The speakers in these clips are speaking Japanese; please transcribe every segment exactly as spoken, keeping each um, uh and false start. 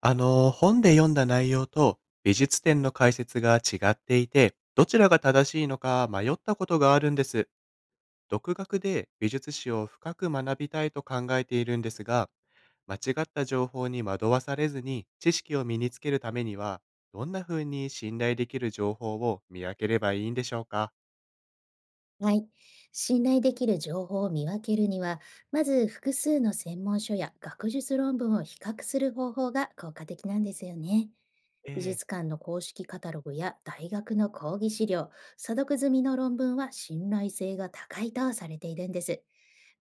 あの、本で読んだ内容と美術展の解説が違っていて、どちらが正しいのか迷ったことがあるんです。独学で美術史を深く学びたいと考えているんですが、間違った情報に惑わされずに知識を身につけるためには、どんな風に信頼できる情報を見分ければいいんでしょうか？はい。信頼できる情報を見分けるには、まず複数の専門書や学術論文を比較する方法が効果的なんですよね。美ええ。術館の公式カタログや大学の講義資料、査読済みの論文は信頼性が高いとされているんです。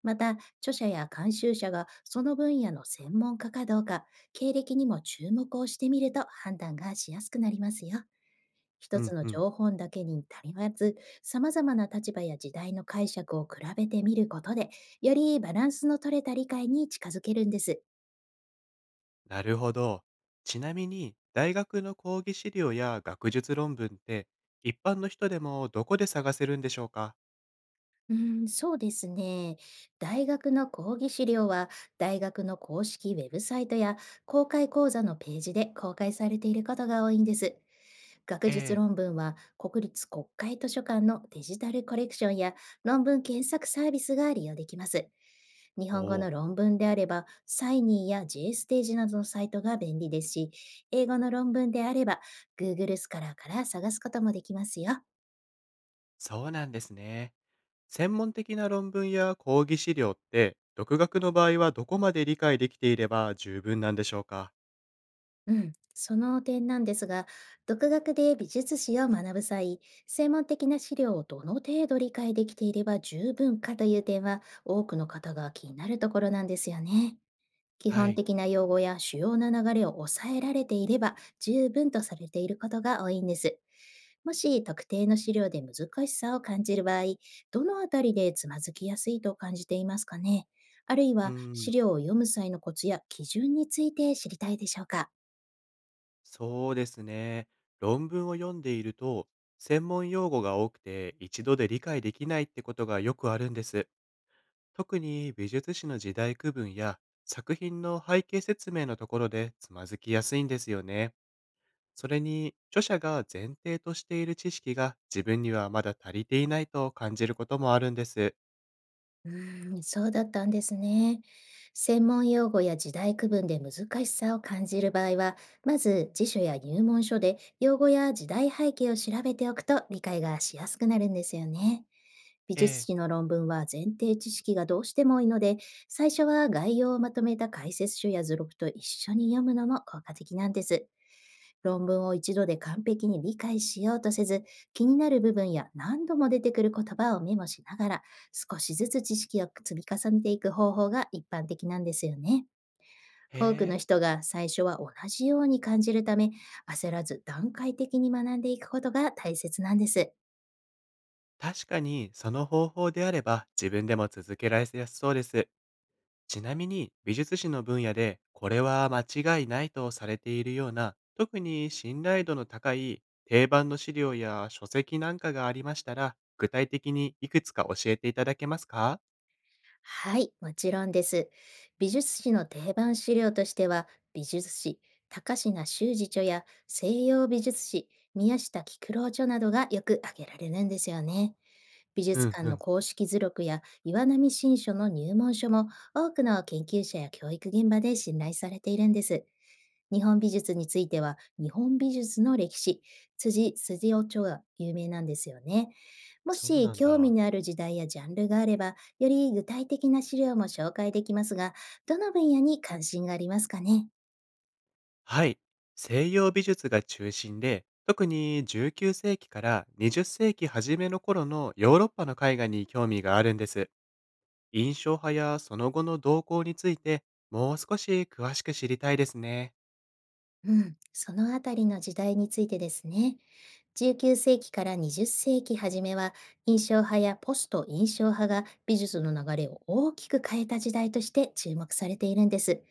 また、著者や監修者がその分野の専門家かどうか、経歴にも注目をしてみると判断がしやすくなりますよ。う一つんのうん。情報だけに足りず、様々な立場や時代の解釈を比べてみることで、よりバランスの取れた理解に近づけるんです。なるほど。ちなみに、大学の講義資料や学術論文って、一般の人でもどこで探せるんでしょうか？うん、そうですね。大学の講義資料は、大学の公式ウェブサイトや公開講座のページで公開されていることが多いんです。学え術え。論文は、国立国会図書館のデジタルコレクションや論文検索サービスが利用できます。日お本語お、の論文であれば、サイニーや J ステージなどのサイトが便利ですし、英語の論文であれば、Google スカラーから探すこともできますよ。そうなんですね。専門的な論文や講義資料って、独学の場合はどこまで理解できていれば十分なんでしょうか？うん、その点なんですが、独学で美術史を学ぶ際、専門的な資料をどの程度理解できていれば十分かという点は、多くの方が気になるところなんですよね。基は本い。的な用語や主要な流れを抑えられていれば十分とされていることが多いんです。もし特定の資料で難しさを感じる場合、どのあたりでつまずきやすいと感じていますかね？あるいうーは資ん、料を読む際のコツや基準について知りたいでしょうか？そうですね。論文を読んでいると、専門用語が多くて一度で理解できないってことがよくあるんです。特に美術史の時代区分や作品の背景説明のところでつまずきやすいんですよね。それに、著者が前提としている知識が自分にはまだ足りていないと感じることもあるんです。うーん、そうだったんですね。専門用語や時代区分で難しさを感じる場合は、まず辞書や入門書で用語や時代背景を調べておくと理解がしやすくなるんですよね。美え術え。史の論文は前提知識がどうしても多いので、最初は概要をまとめた解説書や図録と一緒に読むのも効果的なんです。論文を一度で完璧に理解しようとせず、気になる部分や何度も出てくる言葉をメモしながら、少しずつ知識を積み重ねていく方法が一般的なんですよね。へ多くのえ。人が最初は同じように感じるため、焦らず段階的に学んでいくことが大切なんです。確かにその方法であれば自分でも続けられやすそうです。ちなみに、美術史の分野でこれは間違いないとされているような、特に信頼度の高い定番の資料や書籍なんかがありましたら、具体的にいくつか教えていただけますか？はい、もちろんです。美術史の定番資料としては、美術史、高階修司著や西洋美術史、宮下菊郎著などがよく挙げられるんですよね。美う術ん館うのん、公式図録や岩波新書の入門書も、多くの研究者や教育現場で信頼されているんです。日本美術については、日本美術の歴史、辻辻夫長が有名なんですよね。もそうしなん興味だ。のある時代やジャンルがあれば、より具体的な資料も紹介できますが、どの分野に関心がありますかね？はい。西洋美術が中心で、特にじゅうきゅう世紀からにじゅう世紀初めの頃のヨーロッパの絵画に興味があるんです。印象派やその後の動向について、もう少し詳しく知りたいですね。うん、そのあたりの時代についてですね。じゅうきゅう世紀からにじゅう世紀初めは、印象派やポスト印象派が美術の流れを大きく変えた時代として注目されているんです。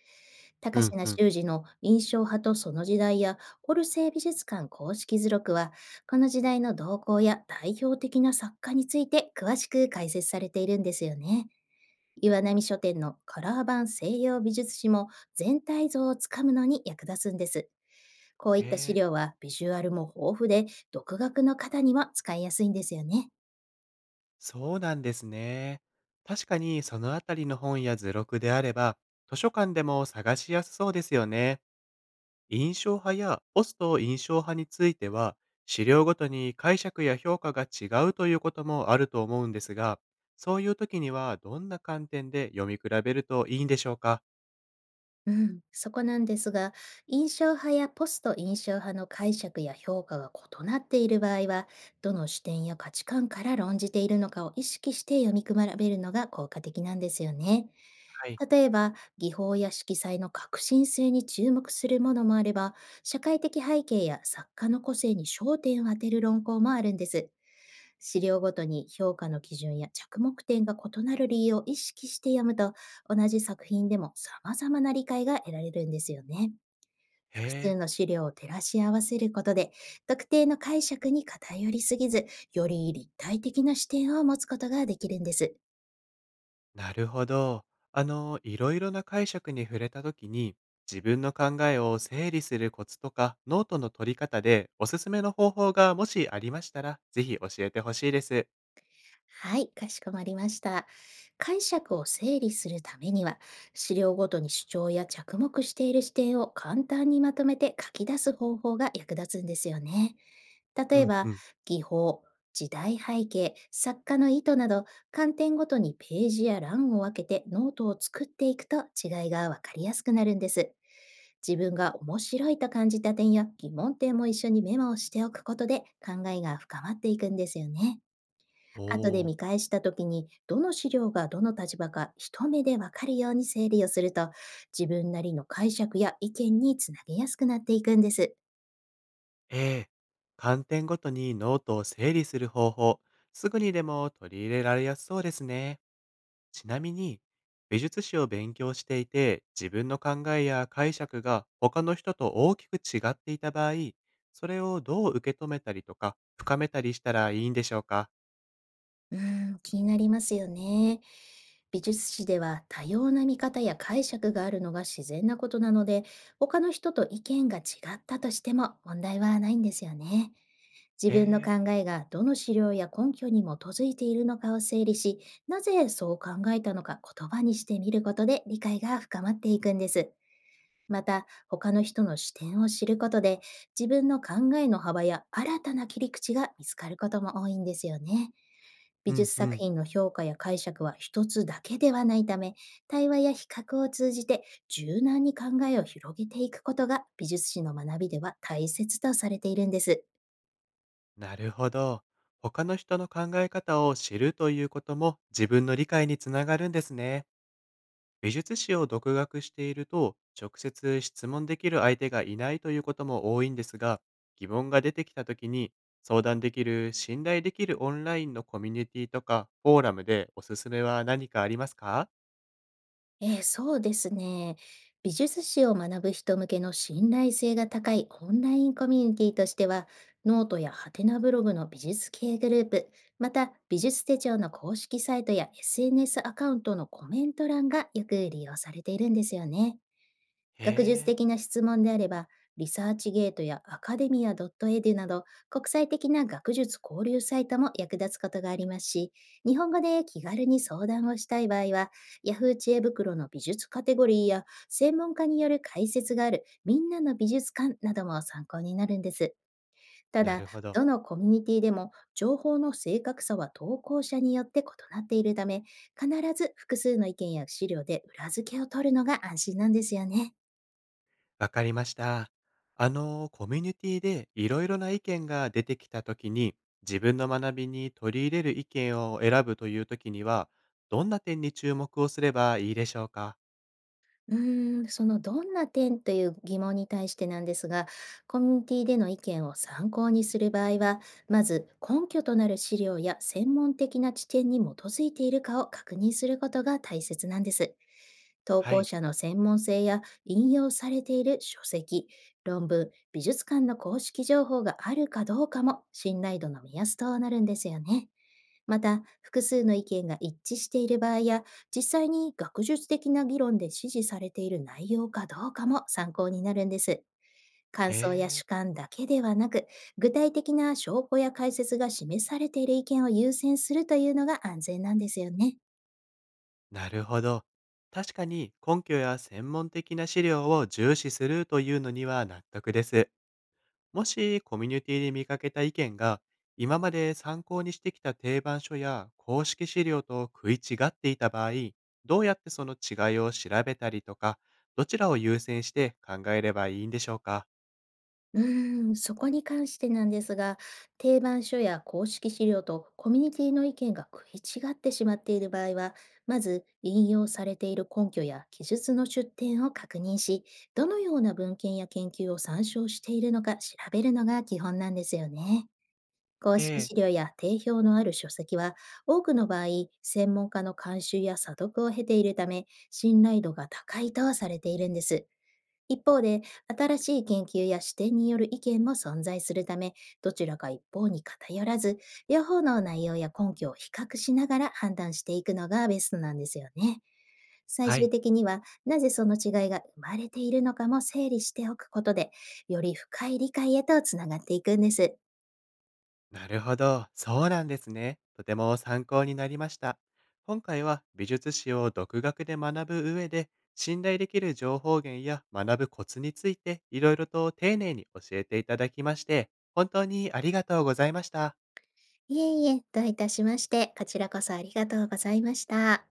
う高ん階うん。修司の印象派とその時代や、オルセー美術館公式図録は、この時代の動向や代表的な作家について詳しく解説されているんですよね。岩波書店のカラー版西洋美術史も、全体像をつかむのに役立つんです。こへういった資え、料はビジュアルも豊富で、独学の方には使いやすいんですよね。そうなんですね。確かにそのあたりの本や図録であれば、図書館でも探しやすそうですよね。印象派やポスト印象派については、資料ごとに解釈や評価が違うということもあると思うんですが、そういう時にはどんな観点で読み比べるといいんでしょうか？うん、そこなんですが、印象派やポスト印象派の解釈や評価が異なっている場合は、どの視点や価値観から論じているのかを意識して読み比べるのが効果的なんですよね。はい。例えば、技法や色彩の革新性に注目するものもあれば、社会的背景や作家の個性に焦点を当てる論考もあるんです。資料ごとに評価の基準や着目点が異なる理由を意識して読むと、同じ作品でも様々な理解が得られるんですよね。へ複え。数の資料を照らし合わせることで、特定の解釈に偏りすぎず、より立体的な視点を持つことができるんです。なるほど。あの、いろいろな解釈に触れた時に、自分の考えを整理するコツとか、ノートの取り方でおすすめの方法がもしありましたら、ぜひ教えてほしいです。はい、かしこまりました。解釈を整理するためには、資料ごとに主張や着目している視点を簡単にまとめて書き出す方法が役立つんですよね。う例えんば、うん。技法、時代背景、作家の意図など、観点ごとにページや欄を分けてノートを作っていくと違いがわかりやすくなるんです。自分が面白いと感じた点や疑問点も一緒にメモをしておくことで、考えが深まっていくんですよね。お後でー。見返した時に、どの資料がどの立場か一目でわかるように整理をすると、自分なりの解釈や意見につなげやすくなっていくんです。ええ、観点ごとにノートを整理する方法、すぐにでも取り入れられやすそうですね。ちなみに、美術史を勉強していて、自分の考えや解釈が他の人と大きく違っていた場合、それをどう受け止めたりとか、深めたりしたらいいんでしょうか？うーん、気になりますよね。美術史では多様な見方や解釈があるのが自然なことなので、他の人と意見が違ったとしても問題はないんですよね。自へ分のえ。考えがどの資料や根拠に基づいているのかを整理し、なぜそう考えたのか言葉にしてみることで、理解が深まっていくんです。また、他の人の視点を知ることで、自分の考えの幅や新たな切り口が見つかることも多いんですよね。う美ん術う作ん。品の評価や解釈は一つだけではないため、対話や比較を通じて柔軟に考えを広げていくことが、美術史の学びでは大切とされているんです。なるほど。他の人の考え方を知るということも自分の理解につながるんですね。美術史を独学していると、直接質問できる相手がいないということも多いんですが、疑問が出てきたときに、相談できる信頼できるオンラインのコミュニティとかフォーラムでおすすめは何かありますか？えーそうですね。美術史を学ぶ人向けの信頼性が高いオンラインコミュニティとしては、ノートやハテナブログの美術系グループ、また美術手帳の公式サイトや エスエヌエス アカウントのコメント欄がよく利用されているんですよね。へ学術え。的な質問であれば、リサーチゲートやアカデミア .edu など、国際的な学術交流サイトも役立つことがありますし、日本語で気軽に相談をしたい場合は、Yahoo! 知恵袋の美術カテゴリーや、専門家による解説があるみんなの美術館なども参考になるんです。たなだ、るほど。どのコミュニティでも情報の正確さは投稿者によって異なっているため、必ず複数の意見や資料で裏付けを取るのが安心なんですよね。わかりました。あの、コミュニティでいろいろな意見が出てきたときに、自分の学びに取り入れる意見を選ぶというときには、どんな点に注目をすればいいでしょうか？うーん、そのどんな点という疑問に対してなんですが、コミュニティでの意見を参考にする場合は、まず根拠となる資料や専門的な知見に基づいているかを確認することが大切なんです。投は稿い。者の専門性や、引用されている書籍、論文、美術館の公式情報があるかどうかも、信頼度の目安となるんですよね。また、複数の意見が一致している場合や、実際に学術的な議論で支持されている内容かどうかも参考になるんです。へ感想やえ。主観だけではなく、具体的な証拠や解説が示されている意見を優先するというのが安全なんですよね。なるほど。確かに根拠や専門的な資料を重視するというのには納得です。もしコミュニティで見かけた意見が今まで参考にしてきた定番書や公式資料と食い違っていた場合、どうやってその違いを調べたりとか、どちらを優先して考えればいいんでしょうか？うーん、そこに関してなんですが、定番書や公式資料とコミュニティの意見が食い違ってしまっている場合は、まず引用されている根拠や記述の出典を確認し、どのような文献や研究を参照しているのか調べるのが基本なんですよね。公え式資え。料や定評のある書籍は、多くの場合、専門家の監修や査読を経ているため、信頼度が高いとされているんです。一方で、新しい研究や視点による意見も存在するため、どちらか一方に偏らず、両方の内容や根拠を比較しながら判断していくのがベストなんですよね。最は終い。的には、なぜその違いが生まれているのかも整理しておくことで、より深い理解へとつながっていくんです。なるほど。そうなんですね。とても参考になりました。今回は美術史を独学で学ぶ上で、信頼できる情報源や学ぶコツについていろいろと丁寧に教えていただきまして、本当にありがとうございました。いえいえ、どういたしまして、こちらこそありがとうございました。